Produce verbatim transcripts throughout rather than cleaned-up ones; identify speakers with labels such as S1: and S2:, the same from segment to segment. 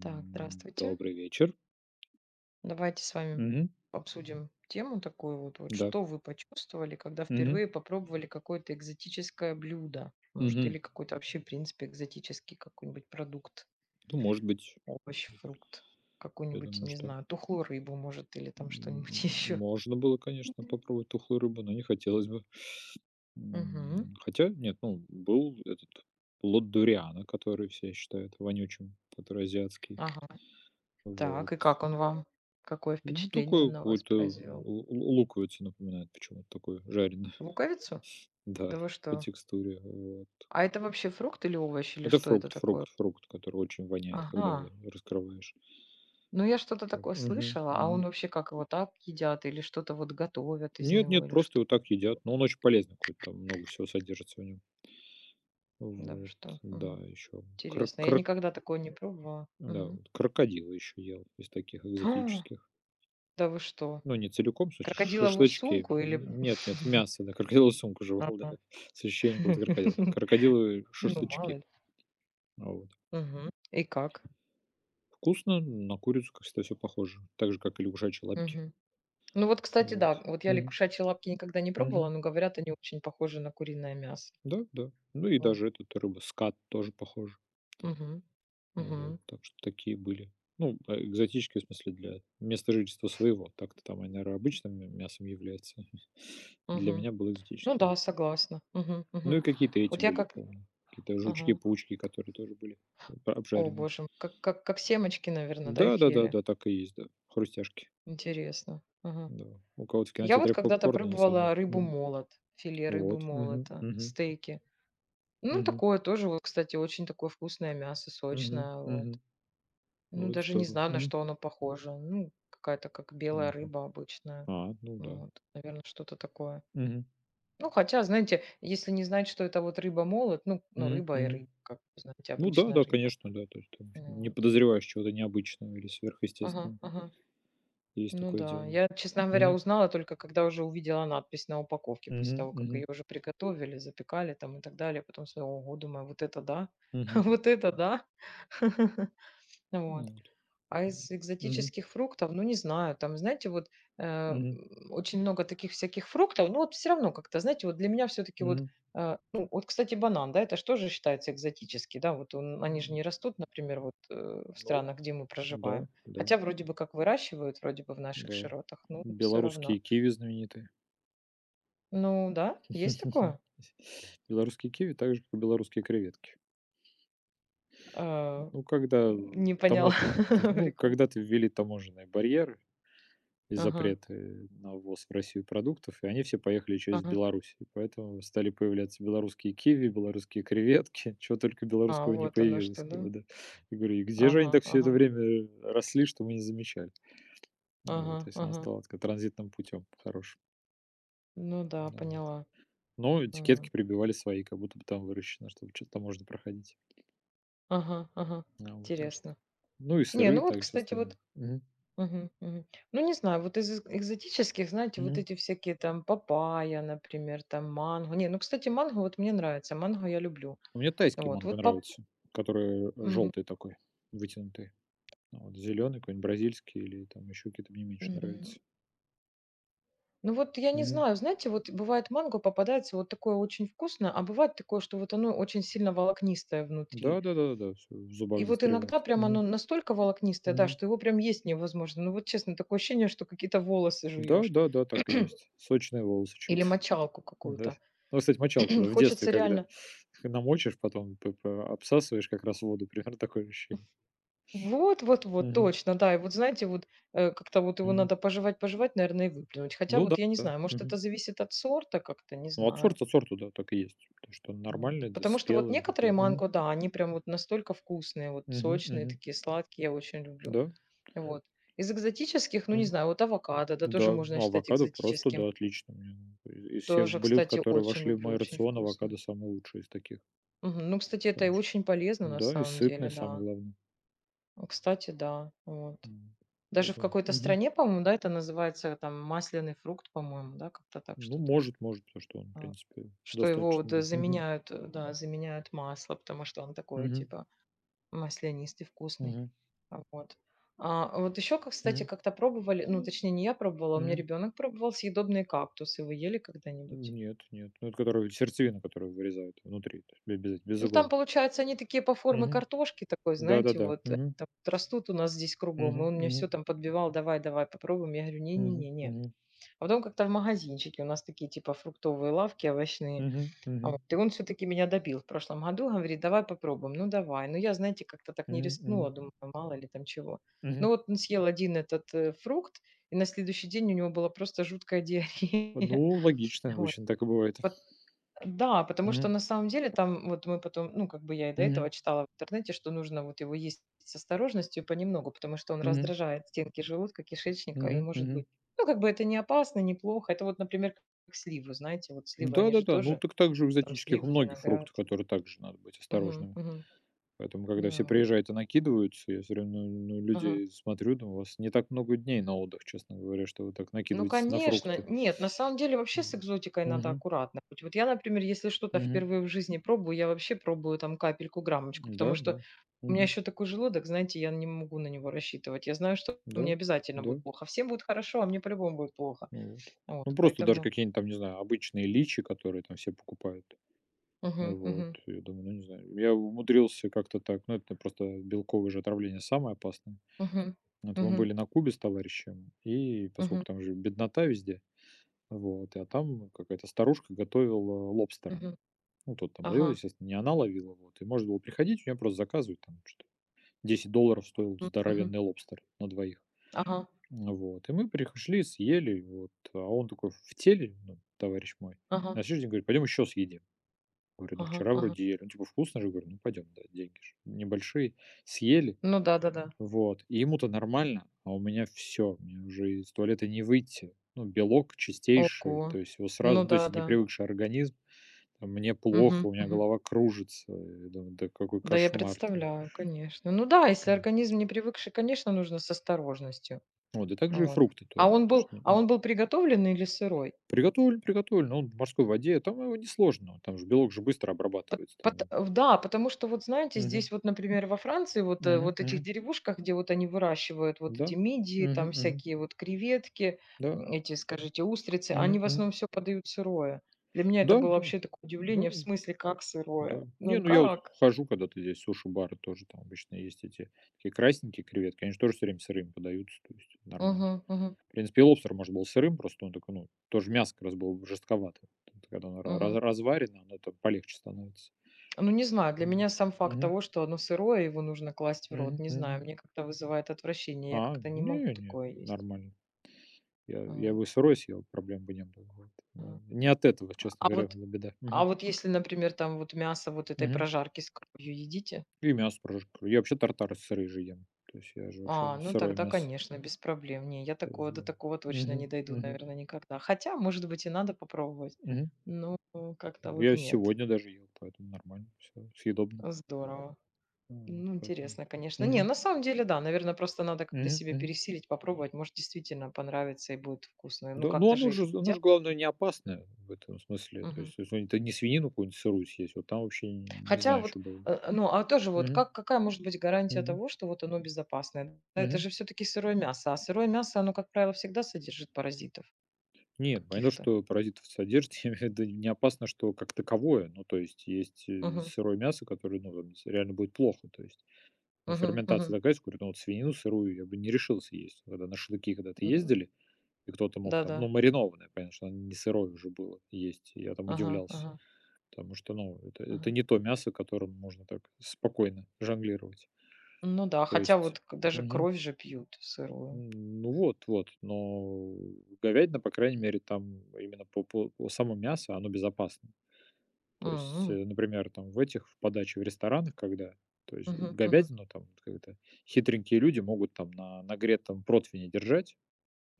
S1: Так, здравствуйте.
S2: Добрый вечер.
S1: Давайте с вами
S2: Мгм.
S1: обсудим тему такую вот, вот
S2: Да.
S1: что вы почувствовали, когда
S2: Мгм.
S1: впервые попробовали какое-то экзотическое блюдо, может,
S2: Мгм.
S1: или какой-то вообще, в принципе, экзотический какой-нибудь продукт,
S2: Ну, может быть,
S1: овощ, фрукт,
S2: я
S1: какую-нибудь,
S2: думаю,
S1: не
S2: что,
S1: знаю, тухлую рыбу, может, или там
S2: м,
S1: что-нибудь еще.
S2: можно было, конечно, попробовать тухлую рыбу, но не хотелось бы. М,
S1: Угу.
S2: хотя нет, ну, был этот плод дуриана, который все считают вонючим, который азиатский.
S1: Ага.
S2: Вот.
S1: Так, и как он вам? Какое
S2: Ну,
S1: впечатление
S2: такой
S1: он на вас
S2: какой-то л
S1: произвел?
S2: лу луковицу напоминает почему-то, такой жареный,
S1: Луковицу?
S2: да,
S1: Да вы
S2: по
S1: что?
S2: текстуре, вот.
S1: А это вообще фрукт или овощ, или
S2: Это
S1: что это
S2: фрукт фрукт
S1: такое?
S2: фрукт, который очень воняет, когда
S1: Ага.
S2: его раскрываешь.
S1: Ну, я что-то
S2: Вот.
S1: такое
S2: Мгм,
S1: слышала, а он
S2: мгм.
S1: вообще как его так едят или что-то вот готовят из
S2: Нет,
S1: него
S2: нет,
S1: или
S2: просто
S1: что?
S2: его так едят. Но он очень полезный какой-то, там много всего содержится в нем.
S1: Да, вы
S2: Вот,
S1: что?
S2: да,
S1: Мгм.
S2: еще кр-
S1: Интересно, я
S2: кр-
S1: никогда такое не пробовала.
S2: да,
S1: Мгм.
S2: вот крокодилы еще ел из таких
S1: А,
S2: экзотических.
S1: да вы что?
S2: Ну, не целиком, в смысле,
S1: Крокодиловую
S2: шашлычки.
S1: сумку или
S2: М, Нет, нет, мясо, да, крокодиловую сумку жевал, да,
S1: Ага.
S2: с ощущением какого-то крокодила. Крокодилы
S1: Ну, мало
S2: шашлычки.
S1: ли.
S2: Вот.
S1: Мгм. И как?
S2: Вкусно, на курицу, как всегда, все похоже. Так же, как и лягушачьи лапки.
S1: Мгм. Ну вот, кстати,
S2: Вот.
S1: да, вот я
S2: Мгм,
S1: лягушачьи лапки никогда не
S2: мгм.
S1: пробовала, но говорят, они очень похожи на куриное мясо.
S2: Да, да. Ну и
S1: Вот.
S2: даже эта рыба скат тоже похожа.
S1: Мгм.
S2: Вот,
S1: Мгм.
S2: так что такие были. Ну, а, экзотические, в смысле, для места жительства своего. Так-то там они ра- обычным мя- мясом являются. Для
S1: Мгм.
S2: меня было
S1: Ну
S2: экзотическим.
S1: да, согласна. Мгм.
S2: Ну
S1: Мгм.
S2: и какие-то эти
S1: Вот я
S2: были,
S1: как.
S2: помню. Какие-то жучки,
S1: Ага.
S2: паучки, которые тоже были э, п-
S1: О
S2: обжаренные.
S1: боже, м, как как как семечки, наверное, да,
S2: Да,
S1: их
S2: да, да,
S1: ели?
S2: да, так и есть, да. Хрустяшки.
S1: Интересно. Мгм.
S2: Да. У кого-то в
S1: Я вот
S2: кинотеатре
S1: когда-то
S2: попкорн, а у нас они.
S1: пробовала рыбу
S2: Мгм.
S1: молот, филе рыбы
S2: Вот. Мгм,
S1: молота,
S2: мгм,
S1: стейки. Ну,
S2: мгм,
S1: такое тоже вот, кстати, очень такое вкусное мясо,
S2: мгм,
S1: сочное, вот.
S2: мгм.
S1: Ну,
S2: Вот
S1: даже не
S2: здорово.
S1: знаю, на
S2: Мгм,
S1: что оно похоже. Ну, какая-то как белая
S2: мгм.
S1: рыба обычная.
S2: А, ну да.
S1: Вот, наверно, что-то такое.
S2: Мгм,
S1: Ну, хотя, знаете, если не знать, что это вот рыба-молот, ну ну,
S2: мгм,
S1: рыба и
S2: мгм.
S1: рыба, как бы, знаете,
S2: Ну да,
S1: обычная
S2: да,
S1: рыба.
S2: конечно, да. То есть там не
S1: Вот.
S2: подозреваешь чего-то необычного или
S1: Ага,
S2: сверхъестественного.
S1: ага.
S2: Есть
S1: Ну
S2: такое
S1: да,
S2: дело.
S1: я, честно говоря,
S2: Мгм.
S1: узнала только когда уже увидела надпись на упаковке, после
S2: Мгм.
S1: того, как
S2: Мгм.
S1: ее уже приготовили, запекали там и так далее. Потом смотрю, ого, думаю, вот это да,
S2: Мгм.
S1: вот это да. Вот.
S2: Вот.
S1: А из
S2: Мгм.
S1: экзотических фруктов, ну, не знаю, там, знаете, вот, э,
S2: Мгм.
S1: м, очень много таких всяких фруктов. Ну вот все равно как-то, знаете, вот для меня все таки вот,
S2: Мгм.
S1: э, ну, вот, кстати, банан, да, это ж тоже считается экзотический, да, вот он они же
S2: М,
S1: не растут, например, вот, э, в
S2: Ну,
S1: странах, где мы
S2: да,
S1: проживаем.
S2: да,
S1: Хотя вроде бы как выращивают, вроде бы в наших
S2: да.
S1: широтах, ну все
S2: Белорусские
S1: равно.
S2: киви знаменитые.
S1: Ну да, есть такое.
S2: Белорусские киви, так же, как и белорусские креветки.
S1: Э,
S2: Ну, когда, э,
S1: не поняла
S2: тамо ну,
S1: прикол.
S2: когда-то ввели таможенные барьеры, и
S1: Ага,
S2: запреты на ввоз в Россию продуктов, и они все поехали через
S1: ага.
S2: Беларусь. И поэтому стали появляться белорусские киви, белорусские креветки, чего только
S1: А,
S2: белорусского не
S1: вот оно что,
S2: появилось. Как бы,
S1: да?
S2: да. И говорю, и где же они
S1: Ага,
S2: так все это
S1: ага,
S2: время росли, что мы не замечали? Вот,
S1: ага,
S2: то есть она
S1: ага.
S2: стала так, транзитным путем хорошим.
S1: Ну да,
S2: Да, вот.
S1: поняла.
S2: Но этикетки
S1: Ага,
S2: прибивали свои, как будто бы там выращено, чтобы что-то можно проходить.
S1: ага, ага.
S2: Да, вот, так что.
S1: Интересно.
S2: Ну и
S1: Не,
S2: сыры,
S1: ну вот,
S2: так и все
S1: кстати, вот.
S2: остальное. Угу.
S1: Мгм, мгм. Ну, не знаю, вот из эк экзотических, знаете, вот
S2: Угу.
S1: эти всякие там папайя, например, там манго. Не, ну, кстати, манго вот мне нравится, манго я люблю.
S2: Мне тайский
S1: Вот,
S2: манго
S1: вот пап
S2: нравится, который
S1: м,
S2: желтый такой, вытянутый. Ну, вот зеленый какой-нибудь бразильский или там еще какие-то мне меньше
S1: м,
S2: нравятся.
S1: ну вот я не
S2: Мгм.
S1: знаю, знаете, вот бывает манго попадается вот такое очень вкусное, а бывает такое, что вот оно очень сильно волокнистое внутри.
S2: Да-да-да-да-да, всё в
S1: И
S2: зубах
S1: вот иногда
S2: застревает.
S1: прям оно
S2: Мгм.
S1: настолько волокнистое, да,
S2: Мгм.
S1: что его прям есть невозможно. Ну вот честно, такое ощущение, что какие-то волосы жуешь.
S2: Да-да-да, так и есть. Сочные волосы
S1: Или
S2: чьи-то.
S1: мочалку
S2: Да.
S1: какую-то.
S2: Ну, кстати, мочалку, да, в детстве,
S1: Хочется
S2: когда
S1: реально
S2: намочишь, потом п п обсасываешь как раз воду, примерно такое ощущение.
S1: вот, вот, вот,
S2: Мгм.
S1: точно, да. И вот знаете, вот э, как-то вот его
S2: Мгм.
S1: надо пожевать, пожевать, наверное, и выплюнуть. Хотя
S2: Ну да,
S1: вот я не
S2: да.
S1: знаю, может,
S2: Мгм.
S1: это зависит от сорта как-то, не
S2: Ну, от
S1: знаю.
S2: сорта к сорту, да, так и есть. То, что он
S1: Вот.
S2: нормальный, да,
S1: Потому что вот
S2: спелый он
S1: некоторые
S2: такой. Да. Мгм.
S1: манго, да, они прям вот настолько вкусные, вот
S2: Мгм.
S1: сочные,
S2: Мгм.
S1: такие сладкие, я очень люблю.
S2: Да.
S1: Вот. Из экзотических, ну не
S2: Мгм.
S1: знаю, вот авокадо, да, тоже
S2: Да, ну,
S1: можно считать
S2: авокадо просто,
S1: экзотическим.
S2: да, отлично. Мне, ну, и из всех
S1: Тоже,
S2: блюд,
S1: кстати,
S2: которые
S1: очень
S2: вошли в
S1: люблю,
S2: мой
S1: очень
S2: рацион,
S1: вкусно.
S2: авокадо самое лучшее из таких.
S1: Мгм. Ну, кстати, это
S2: Сам
S1: и
S2: же.
S1: очень полезно на
S2: Да, и
S1: самом
S2: сытное,
S1: деле,
S2: самое
S1: да.
S2: главное.
S1: Кстати, да. Вот.
S2: М,
S1: Даже в
S2: Поэтому,
S1: какой-то
S2: мгм.
S1: стране, по-моему, да, это называется там масляный фрукт, по-моему, да, как-то так
S2: Ну,
S1: что-то.
S2: может может, потому что он, в
S1: А,
S2: принципе,
S1: что его
S2: достаточно,
S1: вот, э,
S2: да. Мгм.
S1: заменяют, э, да, заменяют масло, потому что он такой
S2: Мгм.
S1: типа маслянистый, вкусный.
S2: Мгм.
S1: А, вот. А, вот еще, как, кстати,
S2: Мгм.
S1: как-то пробовали, ну, точнее, не я пробовала, у меня
S2: Мгм.
S1: ребенок пробовал съедобные кактусы. Вы ели когда-нибудь?
S2: Нет, нет. Ну, это которую сердцевина, которую вырезают внутри, то есть бе без без
S1: Ну, там,
S2: иголок.
S1: получается, они такие по форме
S2: Мгм.
S1: картошки такой, знаете,
S2: Да-да-да.
S1: вот, э, там вот растут у нас здесь кругом, и
S2: Мгм.
S1: он мне
S2: Мгм.
S1: все там подбивал, давай, давай, попробуем. Я говорю,
S2: Мгм.
S1: не-не-не, не.
S2: Мгм.
S1: А потом как-то в магазинчике, у нас такие типа фруктовые лавки, овощные.
S2: Мгм.
S1: А
S2: Мгм.
S1: вот, и он все-таки меня добил в прошлом году, говорит, давай попробуем, ну давай. Ну я, знаете, как-то так не
S2: Мгм.
S1: рискнула,
S2: Мгм.
S1: думаю, мало ли там чего.
S2: Мгм.
S1: Ну вот он съел один этот э, фрукт, и на следующий день у него была просто жуткая диарея.
S2: Ну, логично,
S1: Вот.
S2: обычно так и бывает.
S1: Да, потому
S2: Мгм.
S1: что на самом деле там вот мы потом, ну, как бы я и до
S2: Мгм.
S1: этого читала в интернете, что нужно вот его есть с осторожностью и понемногу, потому что он
S2: Мгм.
S1: раздражает стенки желудка, кишечника и
S2: Мгм.
S1: может
S2: Мгм.
S1: быть. Ну, как бы это не опасно, неплохо. Это вот, например, как сливы, знаете, вот сливы, они же
S2: Да-да-да, ну
S1: тоже,
S2: так так же у
S1: там
S2: экзотических у
S1: сливы,
S2: многих
S1: виноград.
S2: фруктов, которые также надо быть
S1: Мгм,
S2: осторожными.
S1: мгм.
S2: Поэтому, когда все
S1: Ну, вот.
S2: приезжают и накидываются, я всё время на
S1: Ага.
S2: людей смотрю, думаю, у вас не так много дней на отдых, честно говоря, что вы так
S1: Ну,
S2: накидываетесь на
S1: конечно,
S2: фрукты.
S1: нет, на самом деле вообще с
S2: М.
S1: экзотикой надо
S2: Мгм.
S1: аккуратно быть. Вот я, например, если что-то
S2: Мгм.
S1: впервые в жизни пробую, я вообще пробую там капельку, граммочку, потому
S2: Да,
S1: что
S2: да.
S1: у меня
S2: Мгм.
S1: еще такой желудок, знаете, я не могу на него рассчитывать. Я знаю, что
S2: Да,
S1: мне обязательно
S2: да.
S1: будет плохо. Всем будет хорошо, а мне по-любому будет плохо.
S2: Ну вот.
S1: Вот,
S2: Ну, просто даже
S1: поэтому.
S2: какие-нибудь там, не знаю, обычные личи, которые там все покупают.
S1: Мгм,
S2: Вот,
S1: мгм,
S2: я думаю, ну, не знаю. Я умудрился как-то так, ну, это просто белковое же отравление самое опасное.
S1: мгм,
S2: Вот мы
S1: мгм,
S2: были на Кубе с товарищем, и
S1: мгм,
S2: поскольку там же беднота везде, вот, а там какая-то старушка готовила лобстера.
S1: мгм.
S2: Ну, тот там ловил,
S1: Ага,
S2: естественно, не она ловила, вот. И можно было приходить, у нее просто заказывать, там, что-то десять долларов стоил
S1: м, мгм.
S2: здоровенный лобстер на двоих.
S1: Ага,
S2: Вот. И мы пришли, съели, вот. А он такой в теле, ну, товарищ мой.
S1: ага,
S2: На следующий день говорит, пойдем еще съедим. Говорю, ну
S1: ага,
S2: вчера
S1: ага.
S2: вроде ели. Ну типа вкусно же, говорю, ну пойдем, да, деньги же небольшие. Съели,
S1: Ну да-да-да.
S2: вот, и ему-то нормально, а у меня все, мне уже из туалета не выйти. Ну, белок чистейший, то
S1: Ого.
S2: есть его
S1: Ну
S2: сразу, то есть
S1: да-да.
S2: непривыкший организм, там, мне плохо,
S1: Мгм,
S2: у меня
S1: мгм.
S2: голова кружится. Я думаю, да какой
S1: Да, я
S2: кошмар-то.
S1: представляю, конечно. Ну да, если
S2: М.
S1: организм не привыкший, конечно, нужно с осторожностью.
S2: Вот, и также и
S1: Вот.
S2: фрукты
S1: А
S2: тоже,
S1: он
S2: потому
S1: был,
S2: что,
S1: а
S2: м,
S1: он был приготовленный или сырой?
S2: приготовлен, приготовлен, он в морской воде, там его несложно, там же белок же быстро
S1: Пот
S2: обрабатывается.
S1: пот
S2: Там.
S1: в да, потому что вот, знаете,
S2: Мгм,
S1: здесь вот, например, во Франции вот, э,
S2: мгм,
S1: вот этих
S2: мгм.
S1: деревушках, где вот они выращивают вот
S2: Да,
S1: эти мидии,
S2: мгм,
S1: там
S2: мгм,
S1: всякие вот креветки,
S2: да,
S1: м, эти, скажите, устрицы, они
S2: мгм,
S1: в
S2: мгм.
S1: основном все подают сырое. Для меня это
S2: Да,
S1: было
S2: да,
S1: вообще такое
S2: да,
S1: удивление, в смысле, как сырое?
S2: да. Не,
S1: Ну
S2: ну я вот
S1: как?
S2: хожу когда-то здесь, суши-бары тоже там обычно есть эти такие красненькие креветки, они же тоже всё время сырыми подаются, то есть нормально.
S1: Мгм, мгм,
S2: В принципе, и лобстер может был сырым, просто он такой, ну, тоже мясо как раз было жестковатое. Это когда оно ра раз
S1: мгм.
S2: разварено, оно там полегче становится.
S1: Ну, не знаю, для
S2: Ну
S1: меня
S2: вот.
S1: сам факт
S2: Мгм.
S1: того, что оно сырое, его нужно класть в рот,
S2: Мгм.
S1: не
S2: Мгм.
S1: знаю, мне как-то вызывает отвращение, я
S2: А,
S1: как-то не могу
S2: не не,
S1: такое есть.
S2: нормально. Я я
S1: Вот.
S2: его и сырой съел, проблем бы не было. Вот.
S1: А.
S2: Но не от этого, честно
S1: А
S2: говоря,
S1: вот
S2: была беда.
S1: а
S2: Мгм.
S1: вот если, например, там вот мясо вот этой
S2: Мгм.
S1: прожарки с кровью едите?
S2: И мясо тоже я вообще тартары с рыбой ем. То есть я же
S1: А,
S2: вообще
S1: ну
S2: сырое
S1: тогда,
S2: мясо.
S1: конечно, без проблем. Не, я
S2: То
S1: такого
S2: есть
S1: до
S2: да.
S1: такого точно не
S2: Мгм,
S1: дойду,
S2: мгм,
S1: наверное, никогда. Хотя, может быть, и надо попробовать.
S2: мгм.
S1: Ну, как-то вот
S2: Я
S1: нет.
S2: сегодня даже ел, поэтому нормально, все съедобно.
S1: Здорово.
S2: А, вот
S1: Ну,
S2: поэтому.
S1: интересно, конечно. Не,
S2: Мгм,
S1: на самом деле, да, наверное, просто надо как-то
S2: мгм,
S1: себя
S2: мгм.
S1: пересилить, попробовать. Может, действительно понравится и будет вкусно. Ну,
S2: Да, ну
S1: как-то
S2: оно
S1: же
S2: же
S1: это
S2: оно
S1: едят.
S2: же главное не опасное в этом смысле. То
S1: Мгм.
S2: есть если это не свинину какую-нибудь сырую съесть, вот там вообще не
S1: Хотя
S2: знаю,
S1: вот,
S2: что было бы.
S1: э, э, ну, а тоже вот
S2: Мгм,
S1: как какая может быть гарантия
S2: мгм,
S1: того, что вот оно безопасное? Да, это
S2: мгм.
S1: же все таки сырое мясо, а сырое мясо, оно, как правило, всегда содержит паразитов
S2: Нет, понятно,
S1: каких-то.
S2: что паразитов содержит. Я имею в виду, не опасно, что как таковое. Ну, то есть есть, э,
S1: Мгм.
S2: сырое мясо, которое, ну, там реально будет плохо, то есть. Но
S1: Мгм. Мгм.
S2: ферментация такая, что говорю, ну вот свинину сырую я бы не решился есть. Когда на шашлыки когда-то
S1: М,
S2: ездили, и кто-то мог там,
S1: да-да.
S2: ну, маринованное, понятно, что оно не сырое уже было есть. И я там
S1: Ага.
S2: удивлялся.
S1: Ага.
S2: Потому что, ну, это, это
S1: Ага.
S2: не то мясо, которым можно так спокойно жонглировать.
S1: Ну да,
S2: То
S1: хотя
S2: есть.
S1: вот к даже
S2: Мгм.
S1: кровь же пьют сырую.
S2: Ну вот, вот. Но говядина, по крайней мере, там именно по, по- по самому мясу, оно безопасно. То есть,
S1: М.
S2: э, например, там в этих, в подаче в ресторанах, когда, то есть
S1: Мгм. Мгм.
S2: говядину там как-то хитренькие люди могут там на нагретом противне держать.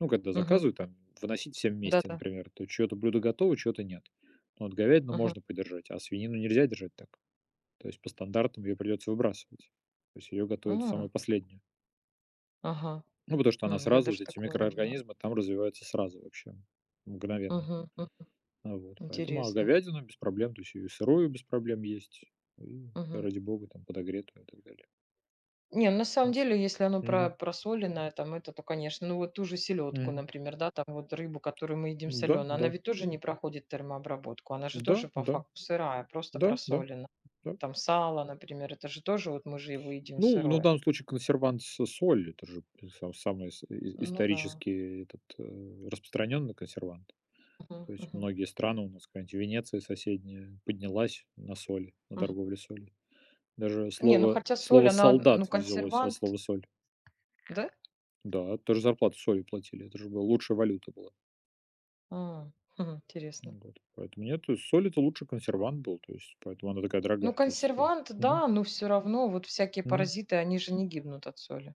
S2: Ну, когда
S1: Мгм.
S2: заказывают, там выносить всем вместе,
S1: Да-да.
S2: например, то чьё-то блюдо готово, чьё-то нет. Но вот говядину
S1: Ага.
S2: можно подержать, а свинину нельзя держать так. То есть по стандартам ее придется выбрасывать. То есть ее готовят самую
S1: А,
S2: последнюю.
S1: ага.
S2: Ну, потому что она
S1: М, я
S2: сразу, вот
S1: даже
S2: эти
S1: такого не знала.
S2: микроорганизмы там развиваются сразу вообще, мгновенно.
S1: Мгм. М.
S2: А вот, поэтому, а
S1: Интересно.
S2: говядину без проблем, то есть и сырую без проблем есть, и,
S1: Мгм.
S2: ради бога, там подогретую и так далее.
S1: Не, ну, на
S2: То
S1: самом
S2: есть.
S1: деле, если оно про
S2: Мгм.
S1: просоленное, там это, то, конечно, ну вот ту же селедку,
S2: Мгм.
S1: например, да, там вот рыбу, которую мы едим
S2: Да,
S1: соленую, она
S2: да.
S1: ведь тоже не проходит термообработку, она же
S2: Да,
S1: тоже по
S2: да.
S1: факту сырая, просто
S2: Да, да,
S1: просолена.
S2: да.
S1: Там сало, например, это же тоже, вот мы же его едим
S2: Ну, ну, в
S1: сырое.
S2: данном случае консервант с соль- это же са самый ис и
S1: Ну да.
S2: исторически этот, э, распространенный консервант.
S1: Мгм,
S2: То есть
S1: мгм,
S2: многие страны у нас, какая-нибудь Венеция соседняя поднялась на соли, на
S1: мгм.
S2: торговле солью. Даже
S1: Не, ну
S2: слово
S1: хотя соль,
S2: слово
S1: она,
S2: "солдат"
S1: ну
S2: взялось от
S1: консервант,
S2: слова соль.
S1: да?
S2: Да, тоже зарплату солью платили. Это же была лучшая валюта была.
S1: А, хм, интересно.
S2: Ну вот. Поэтому нет, то есть соль- это лучший консервант был, то есть поэтому она такая
S1: Ну
S2: дорогая. То есть, э,
S1: консервант,
S2: мгм,
S1: да, но все равно вот всякие
S2: мгм.
S1: паразиты, они же не гибнут от соли.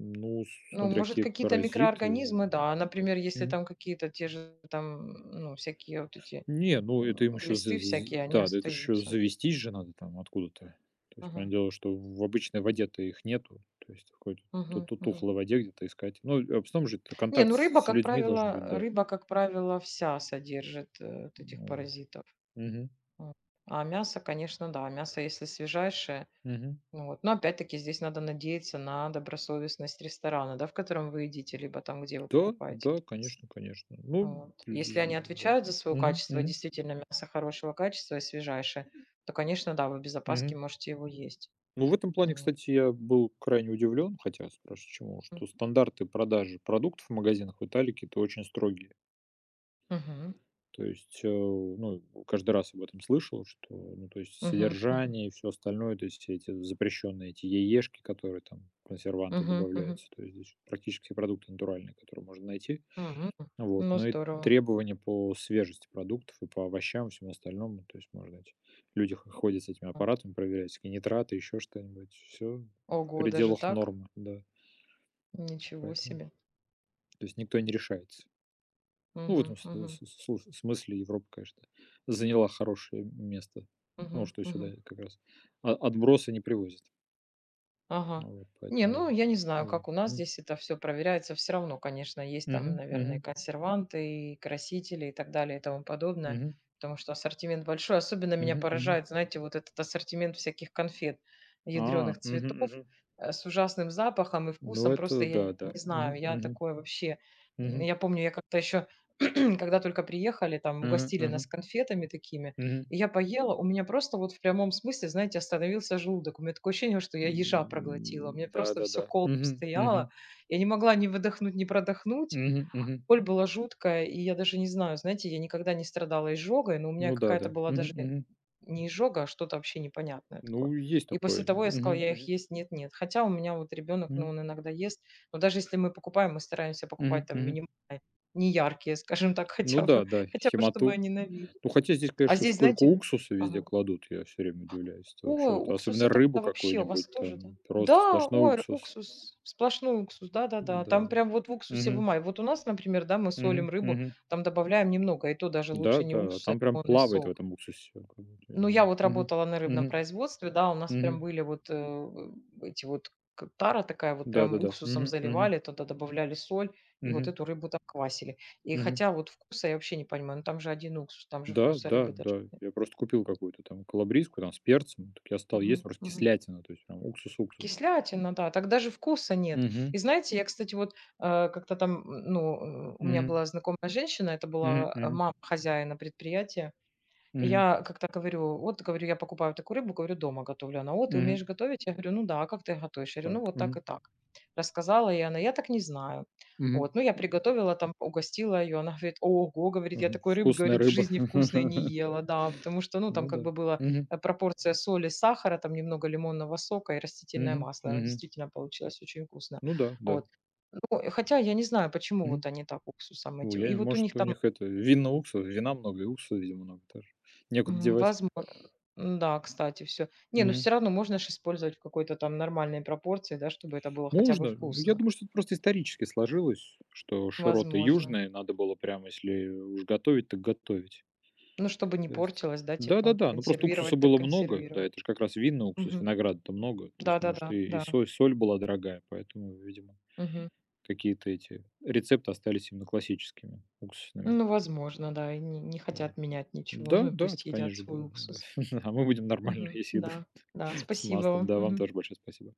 S2: Ну,
S1: Ну,
S2: смотря
S1: может,
S2: какие
S1: какие-то
S2: паразиты, э,
S1: микроорганизмы, да.
S2: да.
S1: Например, если
S2: Мгм.
S1: там какие-то те же там, ну, всякие вот эти
S2: Не, ну это
S1: м,
S2: им еще
S1: глисты всякие, они
S2: да, да это еще
S1: остаются.
S2: завестись же надо там откуда-то. То есть понятное
S1: Мгм.
S2: дело, что в обычной воде-то их нету. То есть в какой-то ту
S1: Мгм.
S2: ту
S1: Мгм.
S2: тухлой воде где-то искать. Ну, а в основном же это
S1: Не,
S2: контакт
S1: ну рыба,
S2: с с
S1: как
S2: людьми должен
S1: правило,
S2: быть, да.
S1: рыба, как правило, вся содержит э, вот этих
S2: Ну вот.
S1: паразитов.
S2: Мгм,
S1: Вот. А мясо, конечно, да, мясо, если свежайшее,
S2: мгм.
S1: ну вот. Но опять-таки здесь надо надеяться на добросовестность ресторана, да, в котором вы едите, либо там, где вы
S2: Да,
S1: покупаете
S2: да,
S1: это мясо.
S2: конечно, конечно. Ну,
S1: Вот. Если они
S2: з да.
S1: отвечают за свое
S2: Мгм,
S1: качество, и
S2: мгм,
S1: действительно мясо хорошего качества и свежайшее, то, конечно, да, вы без опаски
S2: мгм.
S1: можете его есть.
S2: Ну, в этом плане,
S1: Вот.
S2: кстати, я был крайне удивлен, хотя спрошу чему,
S1: М.
S2: что стандарты продажи продуктов в магазинах в Италии какие-то очень строгие.
S1: Мгм.
S2: То есть, э, ну, каждый раз об этом слышал, что, ну, то есть
S1: Мгм. Мгм.
S2: содержание и все остальное, то есть все эти запрещенные эти яешки, которые там, консерванты
S1: Мгм.
S2: добавляются, то есть здесь практически все продукты натуральные, которые можно найти.
S1: Мгм.
S2: Вот,
S1: Ну,
S2: но и
S1: здорово.
S2: требования по свежести продуктов и по овощам, и всему остальному. То есть, может быть, люди х- ходят с этими аппаратами, проверяют всякие нитраты, еще что-нибудь. Все в
S1: Ого, даже
S2: пределах
S1: так?
S2: нормы, да.
S1: Ничего
S2: Поэтому,
S1: себе.
S2: то есть, никто не решается. Ну, в этом
S1: Мгм.
S2: с-
S1: Мгм.
S2: с- с- смысле Европа, конечно, заняла хорошее место. Ну,
S1: Мгм.
S2: что сюда
S1: Мгм.
S2: как раз о- отбросы не привозят. А
S1: Ага.
S2: вот,
S1: Не,
S2: поэтому и,
S1: ну, я не знаю,
S2: ну,
S1: как у нас
S2: мгм.
S1: здесь это все проверяется. Все равно, конечно, есть там,
S2: Мгм,
S1: наверное,
S2: мгм,
S1: консерванты, и красители, и так далее, и тому подобное.
S2: мгм,
S1: Потому что ассортимент большой. Особенно меня
S2: мгм, мгм.
S1: поражает, знаете, вот этот ассортимент всяких конфет
S2: А,
S1: ядрёных
S2: мгм,
S1: цветов,
S2: мгм.
S1: э, с ужасным запахом и
S2: Ну,
S1: вкусом. Просто
S2: это да,
S1: я
S2: да.
S1: не
S2: Мгм,
S1: знаю, я
S2: мгм.
S1: такое вообще. М,
S2: Мгм.
S1: я помню, я как-то еще когда только приехали, там
S2: Мгм.
S1: угостили нас
S2: Мгм.
S1: конфетами такими,
S2: Мгм.
S1: и я поела, у меня просто вот в прямом смысле, знаете, остановился желудок. У меня такое ощущение, что я ежа проглотила. У
S2: М,
S1: меня просто все
S2: да-да-да.
S1: колом
S2: Мгм.
S1: стояло.
S2: Мгм.
S1: Я не могла ни выдохнуть, ни продохнуть.
S2: Мгм. Мгм.
S1: Боль была жуткая, и я даже не знаю, знаете, я никогда не страдала изжогой, но у меня
S2: Ну да,
S1: какая-то
S2: да.
S1: была
S2: Мгм.
S1: даже
S2: Мгм.
S1: не изжога, а что-то вообще непонятное такое.
S2: Ну, есть
S1: И после
S2: такое.
S1: того я сказала:
S2: Мгм.
S1: "Я их
S2: Мгм.
S1: есть нет, нет". Хотя у меня вот ребенок, ну,
S2: Мгм.
S1: он иногда ест, но даже если мы покупаем, мы стараемся
S2: Мгм.
S1: покупать там
S2: Мгм.
S1: минимальные, неяркие, скажем так,
S2: Ну
S1: хотя
S2: да,
S1: бы
S2: да,
S1: хотя бы чтобы
S2: химату.
S1: они на вид.
S2: Ну, хотя здесь,
S1: А
S2: конечно,
S1: здесь,
S2: сколько
S1: знаете
S2: уксуса везде
S1: ага.
S2: кладут, я все время удивляюсь. Это вообще
S1: Ой,
S2: вот,
S1: уксус-
S2: особенно
S1: это
S2: рыбу
S1: вообще у
S2: какую-нибудь,
S1: вас тоже, да?
S2: там просто
S1: Да,
S2: сплошной
S1: ой,
S2: уксус.
S1: уксус, сплошной уксус, да-да-да.
S2: Да.
S1: Там прям вот в уксусе
S2: Мгм.
S1: вымаив. Вот у нас, например, да, мы солим
S2: Мгм.
S1: рыбу,
S2: Мгм.
S1: там добавляем немного, и то даже
S2: Да,
S1: лучше не
S2: да, а
S1: уксус, а
S2: там прям
S1: лимонный
S2: плавает в
S1: сок.
S2: этом уксусе всё как будто, я
S1: Но
S2: не
S1: я
S2: знаю.
S1: вот
S2: Мгм.
S1: работала на рыбном
S2: Мгм.
S1: производстве, да, у нас прям
S2: Мгм.
S1: были вот, э, эти вот к тара такая, вот прям
S2: Да-да-да.
S1: уксусом
S2: Мгм, мгм,
S1: заливали, туда добавляли соль, и
S2: мгм,
S1: вот эту рыбу там квасили. И
S2: мгм.
S1: хотя вот вкуса я вообще не понимаю, ну там же один уксус, там же
S2: Да,
S1: вкуса
S2: да,
S1: рыбы даже.
S2: да. Я просто купил какую-то там калабрийскую, там, с перцем. Так я стал есть,
S1: Мгм,
S2: просто
S1: мгм.
S2: кислятина, то есть прям уксус, уксус.
S1: Кислятина, да, так даже вкуса нет.
S2: Мгм,
S1: И знаете, я, кстати, вот, э, как-то там, м, ну, э, у меня
S2: мгм,
S1: была знакомая женщина, это
S2: мгм,
S1: была, э,
S2: мгм,
S1: мама хозяина предприятия.
S2: мгм,
S1: Я как-то говорю: "Вот, говорю, я покупаю такую рыбу, говорю, дома готовлю". Она: "О, ты
S2: мгм.
S1: умеешь готовить?" Я говорю: "Ну да, а как ты готовишь?" Я говорю: "Ну,
S2: Так,
S1: вот так
S2: мгм,
S1: и так". Рассказала, и она: "Я так не знаю".
S2: мгм.
S1: Вот, ну, я приготовила там, угостила ее, она говорит: "Ого", говорит, "я
S2: Мгм.
S1: такой рыбы,
S2: Вкусная
S1: говорит, в
S2: рыба.
S1: жизни вкусной не ела". Да, потому что, ну, там
S2: Ну
S1: как
S2: да.
S1: бы была,
S2: Мгм,
S1: э, пропорция соли, сахара, там немного лимонного сока и растительное
S2: мгм,
S1: масло. Она
S2: мгм.
S1: действительно получилась очень вкусно.
S2: Ну да, да.
S1: Вот. Ну, хотя я не знаю, почему
S2: Мгм.
S1: вот они так уксусом
S2: Ну,
S1: этим. И
S2: я
S1: вот у
S2: может,
S1: них
S2: у
S1: там.
S2: них это винный уксус, вина много и уксуса, видимо, много тоже. Некуда
S1: М,
S2: девать.
S1: возмо да кстати, все. Не, ну
S2: Мгм.
S1: все равно можно же использовать в какой-то там нормальной пропорции, да, чтобы это было хотя бы
S2: Можно. Ну, я
S1: вкусно.
S2: думаю, что это просто исторически сложилось, что широты
S1: Возможно.
S2: южные, надо было прямо, если уж готовить, так готовить.
S1: Ну, чтобы не
S2: То есть
S1: портилось, да, типа
S2: да-да-да, ну просто уксуса
S1: консервировать так
S2: было много, да,
S1: консервировать.
S2: это же как раз винный уксус,
S1: Мгм.
S2: винограда-то много, то есть,
S1: Да-да-да,
S2: может,
S1: да.
S2: и и
S1: Да, да.
S2: соль соль была дорогая, поэтому, видимо,
S1: Мгм.
S2: какие-то эти рецепты остались именно классическими, уксусными,
S1: Ну, возможно, да, и не не
S2: да.
S1: хотят менять ничего. Ну и
S2: Да-да, это,
S1: пусть едят
S2: конечно да,
S1: свой
S2: да.
S1: уксус.
S2: А мы будем нормально
S1: Мгм.
S2: есть еду
S1: Да, да.
S2: с
S1: Спасибо
S2: маслом.
S1: вам.
S2: Да, вам
S1: Мгм.
S2: тоже большое спасибо.